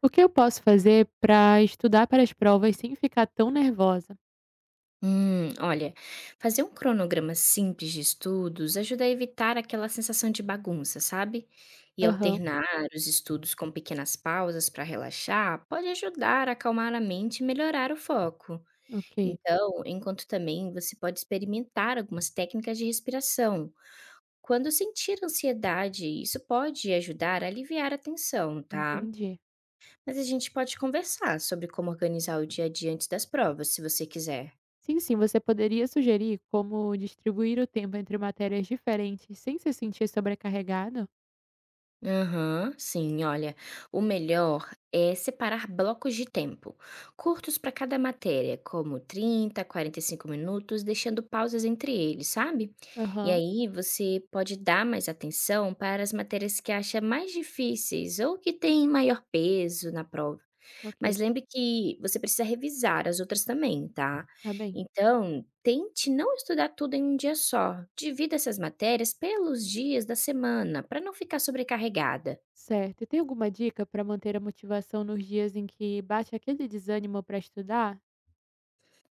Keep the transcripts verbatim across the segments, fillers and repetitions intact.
O que eu posso fazer para estudar para as provas sem ficar tão nervosa? Hum, olha, fazer um cronograma simples de estudos ajuda a evitar aquela sensação de bagunça, sabe? E, uhum, Aham, alternar os estudos com pequenas pausas para relaxar pode ajudar a acalmar a mente e melhorar o foco. ok, Então, enquanto também você pode experimentar algumas técnicas de respiração. Quando sentir ansiedade, isso pode ajudar a aliviar a tensão, tá? entendi. Mas a gente pode conversar sobre como organizar o dia a dia antes das provas, se você quiser. Sim, sim, você poderia sugerir como distribuir o tempo entre matérias diferentes sem se sentir sobrecarregado? Aham, sim, olha, o melhor é separar blocos de tempo, curtos para cada matéria, como trinta, quarenta e cinco minutos, deixando pausas entre eles, sabe? E Aham, aí você pode dar mais atenção para as matérias que acha mais difíceis ou que têm maior peso na prova. ok, Mas lembre que você precisa revisar as outras também, tá. tá bem. Então, tente não estudar tudo em um dia só, divida essas matérias pelos dias da semana, para não ficar sobrecarregada. Certo. E tem alguma dica para manter a motivação nos dias em que bate aquele desânimo para estudar?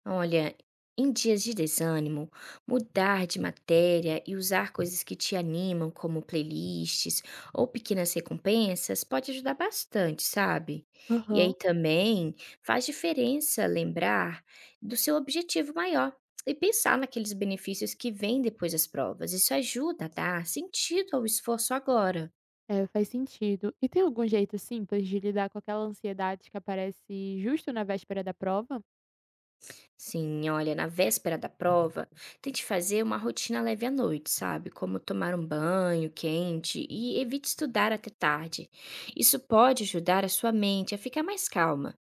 Olha, em dias de desânimo, mudar de matéria e usar coisas que te animam, como playlists ou pequenas recompensas, pode ajudar bastante, sabe? E Aham. aí também faz diferença lembrar do seu objetivo maior e pensar naqueles benefícios que vêm depois das provas. Isso ajuda a dar sentido ao esforço agora. É, faz sentido. E tem algum jeito simples de lidar com aquela ansiedade que aparece justo na véspera da prova? Sim, olha, na véspera da prova, tente fazer uma rotina leve à noite, sabe? Como tomar um banho quente e evite estudar até tarde. Isso pode ajudar a sua mente a ficar mais calma.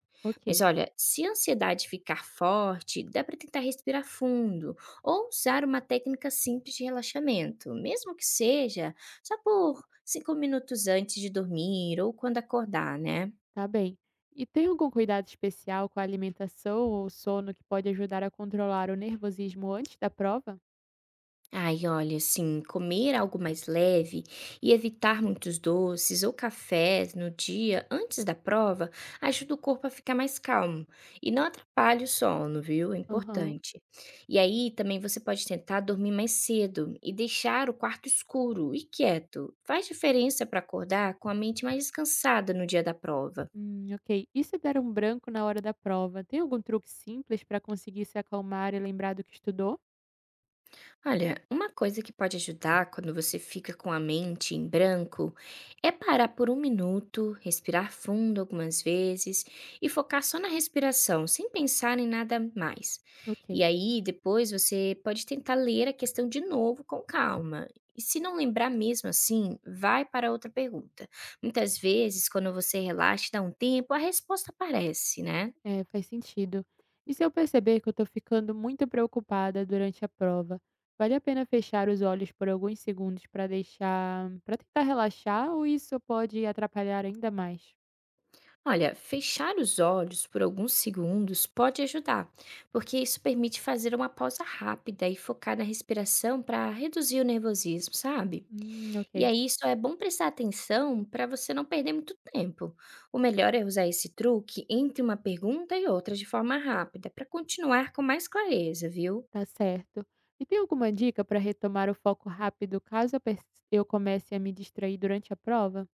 Mas Ok. olha, se a ansiedade ficar forte, dá para tentar respirar fundo ou usar uma técnica simples de relaxamento, mesmo que seja só por cinco minutos antes de dormir ou quando acordar, né? Tá bem. E tem algum cuidado especial com a alimentação ou sono que pode ajudar a controlar o nervosismo antes da prova? Ai, olha, assim, comer algo mais leve e evitar muitos doces ou cafés no dia antes da prova ajuda o corpo a ficar mais calmo e não atrapalha o sono, viu? É Aham. importante. E aí também você pode tentar dormir mais cedo e deixar o quarto escuro e quieto. Faz diferença para acordar com a mente mais descansada no dia da prova. Hum, ok. E se der um branco na hora da prova, tem algum truque simples para conseguir se acalmar e lembrar do que estudou? Olha, uma coisa que pode ajudar quando você fica com a mente em branco é parar por um minuto, respirar fundo algumas vezes e focar só na respiração, sem pensar em nada mais. Ok. E aí, depois você pode tentar ler a questão de novo com calma. E se não lembrar mesmo assim, vai para outra pergunta. Muitas vezes, quando você relaxa e dá um tempo, a resposta aparece, né? É, faz sentido. E se eu perceber que eu tô ficando muito preocupada durante a prova, vale a pena fechar os olhos por alguns segundos para deixar, para tentar relaxar ou isso pode atrapalhar ainda mais? Olha, fechar os olhos por alguns segundos pode ajudar, porque isso permite fazer uma pausa rápida e focar na respiração para reduzir o nervosismo, sabe? Hum, E ok. aí só é bom prestar atenção para você não perder muito tempo. O melhor é usar esse truque entre uma pergunta e outra de forma rápida, para continuar com mais clareza, viu? Tá certo. E tem alguma dica para retomar o foco rápido caso eu pers- eu comece a me distrair durante a prova?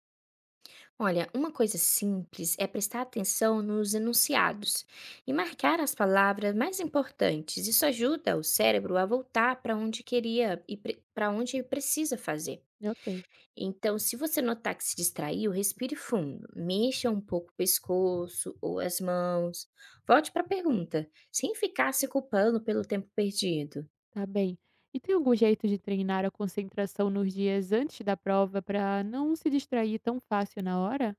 Olha, uma coisa simples é prestar atenção nos enunciados e marcar as palavras mais importantes. Isso ajuda o cérebro a voltar para onde queria e para onde precisa fazer. Ok, Então, se você notar que se distraiu, respire fundo, mexa um pouco o pescoço ou as mãos. Volte para a pergunta, sem ficar se culpando pelo tempo perdido. tá bem. E tem algum jeito de treinar a concentração nos dias antes da prova para não se distrair tão fácil na hora?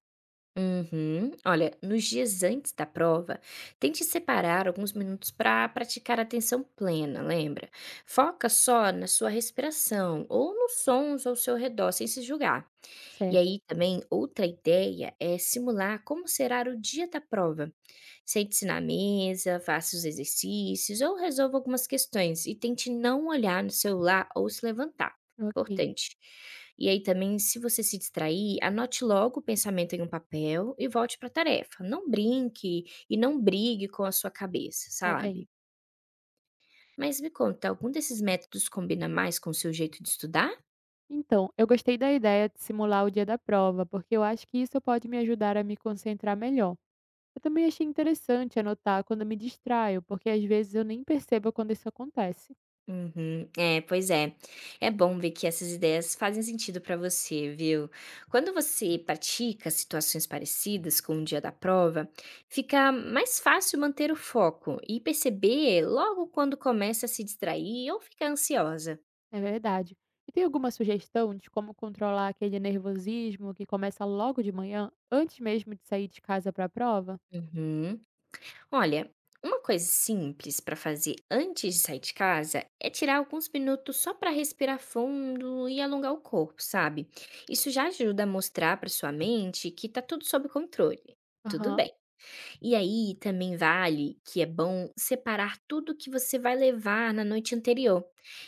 Uhum. Olha, nos dias antes da prova, tente separar alguns minutos para praticar atenção plena, lembra? Foca só na sua respiração ou nos sons ao seu redor, sem se julgar. E Certo, aí também, outra ideia é simular como será o dia da prova. Sente-se na mesa, faça os exercícios ou resolva algumas questões e tente não olhar no celular ou se levantar. ok, Importante. E aí também, se você se distrair, anote logo o pensamento em um papel e volte para a tarefa. Não brinque e não brigue com a sua cabeça, tá bem. sabe? Mas me conta, algum desses métodos combina mais com o seu jeito de estudar? Então, eu gostei da ideia de simular o dia da prova, porque eu acho que isso pode me ajudar a me concentrar melhor. Eu também achei interessante anotar quando me distraio, porque às vezes eu nem percebo quando isso acontece. Uhum. É, pois é. É bom ver que essas ideias fazem sentido para você, viu? Quando você pratica situações parecidas com o dia da prova, fica mais fácil manter o foco e perceber logo quando começa a se distrair ou ficar ansiosa. É verdade. E tem alguma sugestão de como controlar aquele nervosismo que começa logo de manhã, antes mesmo de sair de casa para a prova? Uhum. Olha, uma coisa simples para fazer antes de sair de casa é tirar alguns minutos só para respirar fundo e alongar o corpo, sabe? Isso já ajuda a mostrar para sua mente que tá tudo sob controle. Tudo Aham, bem. E aí também vale que é bom separar tudo que você vai levar na noite anterior.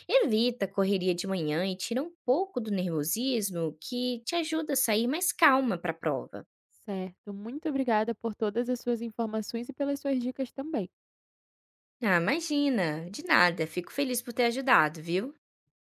Evita a correria de manhã e tira um pouco do nervosismo que te ajuda a sair mais calma para a prova. certo. Muito obrigada por todas as suas informações e pelas suas dicas também. Ah, imagina! De nada, fico feliz por ter ajudado, viu?